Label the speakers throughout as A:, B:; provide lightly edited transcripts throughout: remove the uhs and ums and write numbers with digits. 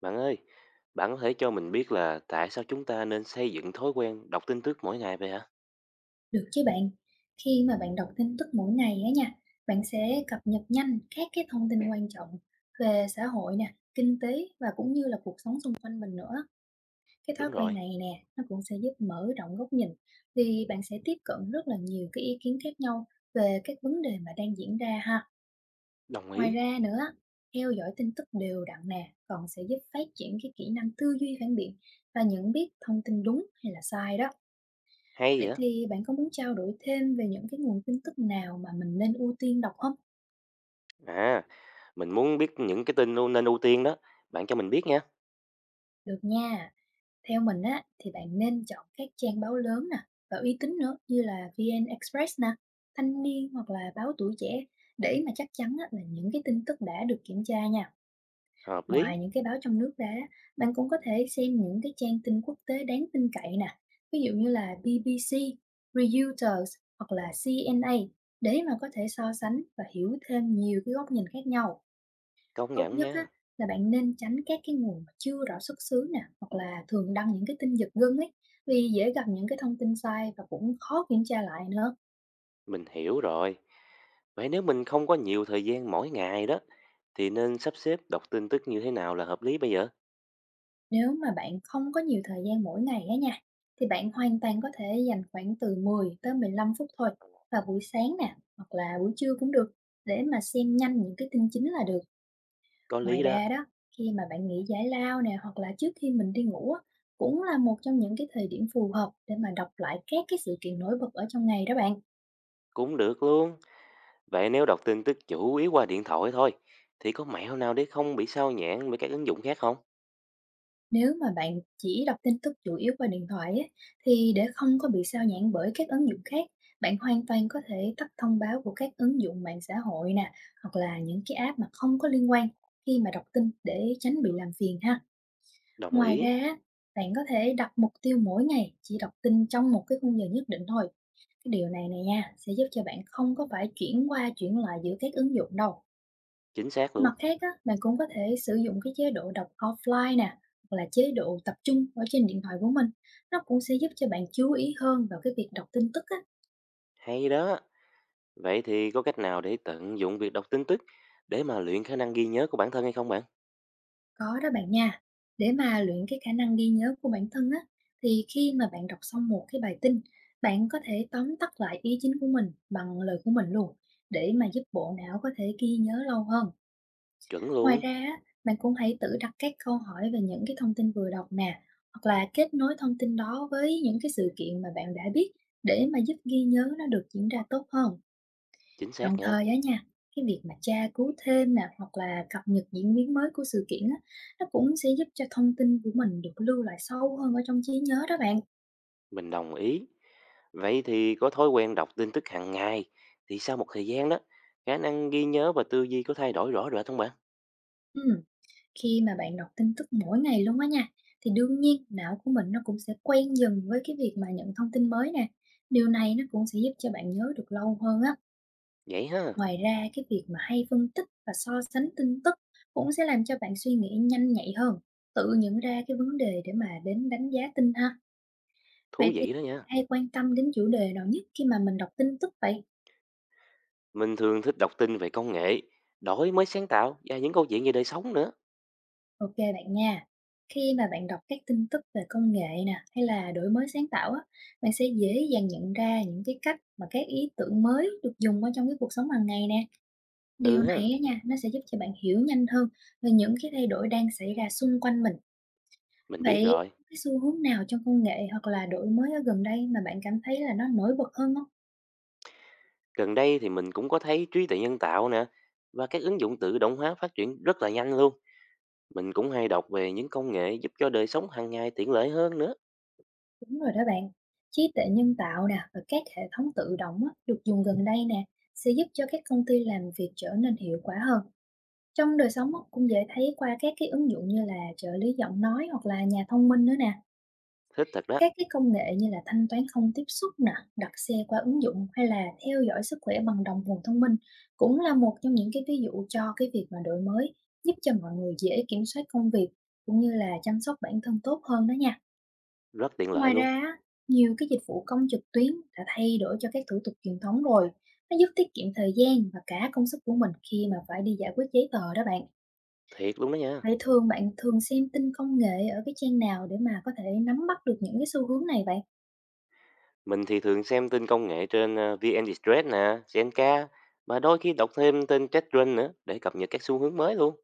A: Bạn ơi, bạn có thể cho mình biết là tại sao chúng ta nên xây dựng thói quen đọc tin tức mỗi ngày vậy hả?
B: Được chứ bạn. Khi mà bạn đọc tin tức mỗi ngày á nha, bạn sẽ cập nhật nhanh các cái thông tin quan trọng về xã hội nè, kinh tế và cũng như là cuộc sống xung quanh mình nữa. Cái thói
A: Đúng
B: quen
A: rồi,
B: này nè, nó cũng sẽ giúp mở rộng góc nhìn vì bạn sẽ tiếp cận rất là nhiều cái ý kiến khác nhau về các vấn đề mà đang diễn ra ha.
A: đồng
B: Ngoài
A: ý.
B: ra nữa, theo dõi tin tức đều đặn nè, còn sẽ giúp phát triển cái kỹ năng tư duy phản biện và nhận biết thông tin đúng hay là sai đó.
A: Hay
B: Vậy
A: vậy?
B: thì bạn có muốn trao đổi thêm về những cái nguồn tin tức nào mà mình nên ưu tiên đọc không?
A: À, mình muốn biết những cái tin nên ưu tiên đó. Bạn cho mình biết nha.
B: Được nha. Theo mình á thì bạn nên chọn các trang báo lớn nè và uy tín nữa như là VN Express nè, Thanh niên hoặc là báo Tuổi trẻ để mà chắc chắn á, là những cái tin tức đã được kiểm tra nha.
A: Hợp lý,
B: Ngoài những cái báo trong nước ra, bạn cũng có thể xem những cái trang tin quốc tế đáng tin cậy nè, ví dụ như là BBC, Reuters hoặc là CNA để mà có thể so sánh và hiểu thêm nhiều cái góc nhìn khác nhau.
A: công
B: Tốt
A: nhận
B: nhất
A: nha.
B: á, là bạn nên tránh các cái nguồn mà chưa rõ xuất xứ nè, hoặc là thường đăng những cái tin giật gân ấy, vì dễ gặp những cái thông tin sai và cũng khó kiểm tra lại nữa.
A: Mình hiểu rồi. Vậy nếu mình không có nhiều thời gian mỗi ngày đó, thì nên sắp xếp đọc tin tức như thế nào là hợp lý bây giờ?
B: Nếu mà bạn không có nhiều thời gian mỗi ngày á nha, thì bạn hoàn toàn có thể dành khoảng từ 10 tới 15 phút thôi vào buổi sáng nè, hoặc là buổi trưa cũng được để mà xem nhanh những cái tin chính là được.
A: Có
B: Ngoài
A: lý đó,
B: ra đó, khi mà bạn nghỉ giải lao nè hoặc là trước khi mình đi ngủ á, cũng là một trong những cái thời điểm phù hợp để mà đọc lại các cái sự kiện nổi bật ở trong ngày đó bạn.
A: cũng được luôn. Vậy nếu đọc tin tức chủ yếu qua điện thoại thôi, thì có mẹo nào để không bị sao nhãng với các ứng dụng khác không?
B: Nếu mà bạn chỉ đọc tin tức chủ yếu qua điện thoại á, thì để không có bị sao nhãng bởi các ứng dụng khác, bạn hoàn toàn có thể tắt thông báo của các ứng dụng mạng xã hội nè, hoặc là những cái app mà không có liên quan khi mà đọc tin để tránh bị làm phiền ha.
A: Đồng
B: Ngoài
A: ý,
B: ra, á, bạn có thể đặt mục tiêu mỗi ngày chỉ đọc tin trong một cái khung giờ nhất định thôi. Cái điều này này nha, sẽ giúp cho bạn không có phải chuyển qua chuyển lại giữa các ứng dụng đâu.
A: chính xác luôn.
B: Mặt khác á, bạn cũng có thể sử dụng cái chế độ đọc offline nè, hoặc là chế độ tập trung ở trên điện thoại của mình. Nó cũng sẽ giúp cho bạn chú ý hơn vào cái việc đọc tin tức á.
A: Hay đó. Vậy thì có cách nào để tận dụng việc đọc tin tức để mà luyện khả năng ghi nhớ của bản thân hay không bạn?
B: Có đó bạn nha. Để mà luyện cái khả năng ghi nhớ của bản thân á, thì khi mà bạn đọc xong một cái bài tin, bạn có thể tóm tắt lại ý chính của mình bằng lời của mình luôn, để mà giúp bộ não có thể ghi nhớ lâu hơn.
A: Chuẩn
B: Ngoài
A: luôn,
B: ra á, bạn cũng hãy tự đặt các câu hỏi về những cái thông tin vừa đọc nè, hoặc là kết nối thông tin đó với những cái sự kiện mà bạn đã biết để mà giúp ghi nhớ nó được diễn ra tốt hơn.
A: chính
B: Đồng
A: xác nha.
B: thời á nha, cái việc mà tra cứu thêm nè hoặc là cập nhật diễn biến mới của sự kiện á, nó cũng sẽ giúp cho thông tin của mình được lưu lại sâu hơn ở trong trí nhớ đó bạn.
A: Mình đồng ý. Vậy thì có thói quen đọc tin tức hàng ngày thì sau một thời gian đó, khả năng ghi nhớ và tư duy có thay đổi rõ rệt không bạn?
B: Ừ. Khi mà bạn đọc tin tức mỗi ngày luôn á nha, thì đương nhiên não của mình nó cũng sẽ quen dần với cái việc mà nhận thông tin mới nè. Điều này nó cũng sẽ giúp cho bạn nhớ được lâu hơn á.
A: Vậy ha,
B: Ngoài ra cái việc mà hay phân tích và so sánh tin tức cũng sẽ làm cho bạn suy nghĩ nhanh nhạy hơn, tự nhận ra cái vấn đề để mà đến đánh giá tin ha. Vậy
A: thú
B: thì
A: vị đó nha.
B: hay quan tâm đến chủ đề nào nhất khi mà mình đọc tin tức vậy?
A: Mình thường thích đọc tin về công nghệ, đổi mới sáng tạo và những câu chuyện về đời sống nữa.
B: Ok bạn nha. Khi mà bạn đọc các tin tức về công nghệ nè hay là đổi mới sáng tạo á, bạn sẽ dễ dàng nhận ra những cái cách mà các ý tưởng mới được dùng ở trong cái cuộc sống hàng ngày nè.
A: Ừ
B: Điều
A: ha,
B: này á nha, nó sẽ giúp cho bạn hiểu nhanh hơn về những cái thay đổi đang xảy ra xung quanh mình.
A: mình biết
B: Vậy
A: rồi.
B: cái xu hướng nào trong công nghệ hoặc là đổi mới ở gần đây mà bạn cảm thấy là nó nổi bật hơn không?
A: Gần đây thì mình cũng có thấy trí tuệ nhân tạo nè và các ứng dụng tự động hóa phát triển rất là nhanh luôn. Mình cũng hay đọc về những công nghệ giúp cho đời sống hàng ngày tiện lợi hơn nữa.
B: Đúng rồi đó bạn. Trí tuệ nhân tạo nè và các hệ thống tự động á, được dùng gần đây nè sẽ giúp cho các công ty làm việc trở nên hiệu quả hơn. Trong đời sống á, cũng dễ thấy qua các cái ứng dụng như là trợ lý giọng nói hoặc là nhà thông minh nữa nè.
A: Thích thật đó,
B: Các cái công nghệ như là thanh toán không tiếp xúc nè, đặt xe qua ứng dụng hay là theo dõi sức khỏe bằng đồng hồ thông minh cũng là một trong những cái ví dụ cho cái việc mà đổi mới giúp cho mọi người dễ kiểm soát công việc cũng như là chăm sóc bản thân tốt hơn đó nha.
A: rất tiện lợi
B: Ngoài
A: luôn.
B: ra, á, nhiều cái dịch vụ công trực tuyến đã thay đổi cho các thủ tục truyền thống rồi. Nó giúp tiết kiệm thời gian và cả công sức của mình khi mà phải đi giải quyết giấy tờ đó bạn.
A: Thiệt luôn đó nha.
B: Vậy thường bạn thường xem tin công nghệ ở cái trang nào để mà có thể nắm bắt được những cái xu hướng này vậy?
A: Mình thì thường xem tin công nghệ trên VN Express nè, Zenka và đôi khi đọc thêm tin TechCrunch nữa để cập nhật các xu hướng mới luôn.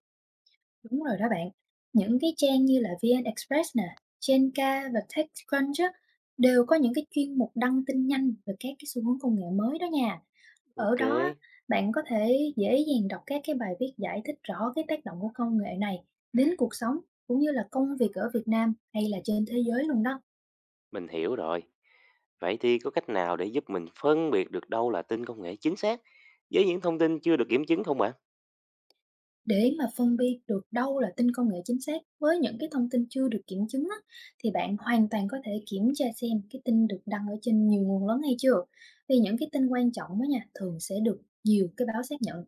B: Đúng rồi đó bạn, những cái trang như là VN Express nè, Jenga và TechCrunch á, đều có những cái chuyên mục đăng tin nhanh về các cái xu hướng công nghệ mới đó nha. Ở
A: Ok,
B: đó á, bạn có thể dễ dàng đọc các cái bài viết giải thích rõ cái tác động của công nghệ này đến cuộc sống cũng như là công việc ở Việt Nam hay là trên thế giới luôn đó.
A: mình hiểu rồi. Vậy thì có cách nào để giúp mình phân biệt được đâu là tin công nghệ chính xác với những thông tin chưa được kiểm chứng không bạn?
B: Để mà phân biệt được đâu là tin công nghệ chính xác với những cái thông tin chưa được kiểm chứng á, thì bạn hoàn toàn có thể kiểm tra xem cái tin được đăng ở trên nhiều nguồn lớn hay chưa. Vì những cái tin quan trọng đó nha, thường sẽ được nhiều cái báo xác nhận.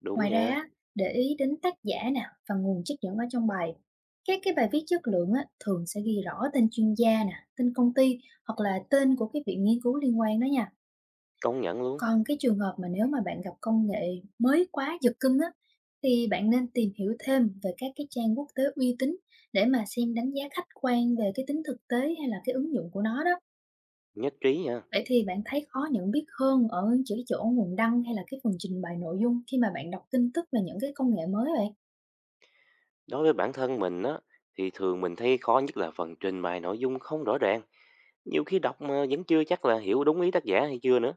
A: Đúng
B: Ngoài ra,
A: nha,
B: á, để ý đến tác giả nè và nguồn trích dẫn ở trong bài. Các cái bài viết chất lượng á, thường sẽ ghi rõ tên chuyên gia nè, tên công ty hoặc là tên của cái viện nghiên cứu liên quan đó nha.
A: công nhận luôn.
B: Còn cái trường hợp mà nếu mà bạn gặp công nghệ mới quá giật cưng á, thì bạn nên tìm hiểu thêm về các cái trang quốc tế uy tín để mà xem đánh giá khách quan về cái tính thực tế hay là cái ứng dụng của nó đó.
A: Nhất trí nha.
B: Vậy thì bạn thấy khó nhận biết hơn ở chỉ chỗ nguồn đăng hay là cái phần trình bày nội dung khi mà bạn đọc tin tức về những cái công nghệ mới vậy?
A: Đối với bản thân mình á, thì thường mình thấy khó nhất là phần trình bày nội dung không rõ ràng. Nhiều khi đọc mà vẫn chưa chắc là hiểu đúng ý tác giả hay chưa nữa.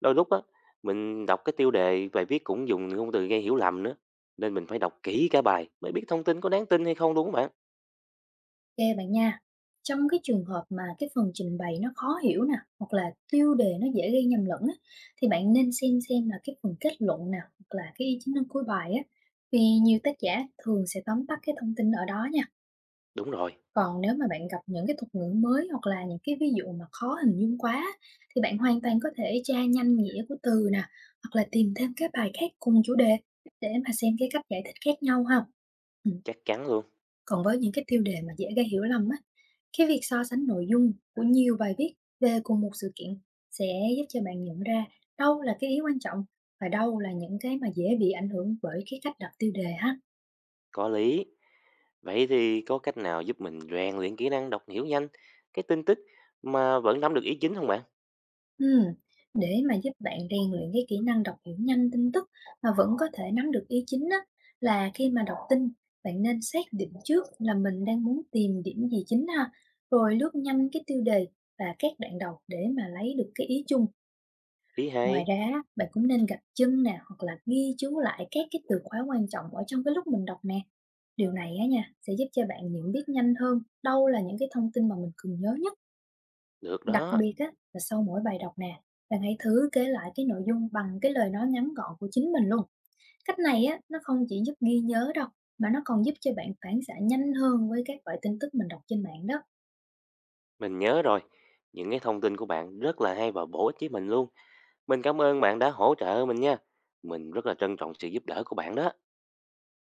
A: Đôi lúc á, mình đọc cái tiêu đề bài viết cũng dùng những ngôn từ gây hiểu lầm nữa. Nên mình phải đọc kỹ cả bài mới biết thông tin có đáng tin hay không đúng không bạn?
B: Ok bạn nha. Trong cái trường hợp mà cái phần trình bày nó khó hiểu nè, hoặc là tiêu đề nó dễ gây nhầm lẫn á, thì bạn nên xem là cái phần kết luận nè, hoặc là cái ý chính luận cuối bài á. Vì nhiều tác giả thường sẽ tóm tắt cái thông tin ở đó nha.
A: Đúng rồi,
B: Còn nếu mà bạn gặp những cái thuật ngữ mới hoặc là những cái ví dụ mà khó hình dung quá á, thì bạn hoàn toàn có thể tra nhanh nghĩa của từ nè, hoặc là tìm thêm cái bài khác cùng chủ đề để mà xem cái cách giải thích khác nhau ha. Ừ,
A: chắc chắn luôn.
B: còn với những cái tiêu đề mà dễ gây hiểu lầm á, cái việc so sánh nội dung của nhiều bài viết về cùng một sự kiện sẽ giúp cho bạn nhận ra đâu là cái ý quan trọng và đâu là những cái mà dễ bị ảnh hưởng bởi cái cách đặt tiêu đề ha.
A: Có lý. Vậy thì có cách nào giúp mình rèn luyện kỹ năng đọc hiểu nhanh cái tin tức mà vẫn nắm được ý chính không bạn?
B: Ừm, Để mà giúp bạn rèn luyện cái kỹ năng đọc hiểu nhanh tin tức mà vẫn có thể nắm được ý chính á, là khi mà đọc tin bạn nên xác định trước là mình đang muốn tìm điểm gì chính ha, rồi lướt nhanh cái tiêu đề và các đoạn đầu để mà lấy được cái ý chung.
A: Ý
B: Ngoài
A: hay.
B: ra, bạn cũng nên gạch chân nè hoặc là ghi chú lại các cái từ khóa quan trọng ở trong cái lúc mình đọc nè. Điều này á nha sẽ giúp cho bạn nhận biết nhanh hơn đâu là những cái thông tin mà mình cần nhớ nhất.
A: Được
B: Đặc
A: đó.
B: biệt á là sau mỗi bài đọc nè, bạn hãy thử kể lại cái nội dung bằng cái lời nói ngắn gọn của chính mình luôn. Cách này á nó không chỉ giúp ghi nhớ đâu mà nó còn giúp cho bạn phản xạ nhanh hơn với các loại tin tức mình đọc trên mạng đó.
A: Mình nhớ rồi. Những cái thông tin của bạn rất là hay và bổ ích với mình luôn. Mình cảm ơn bạn đã hỗ trợ mình nha. Mình rất là trân trọng sự giúp đỡ của bạn đó.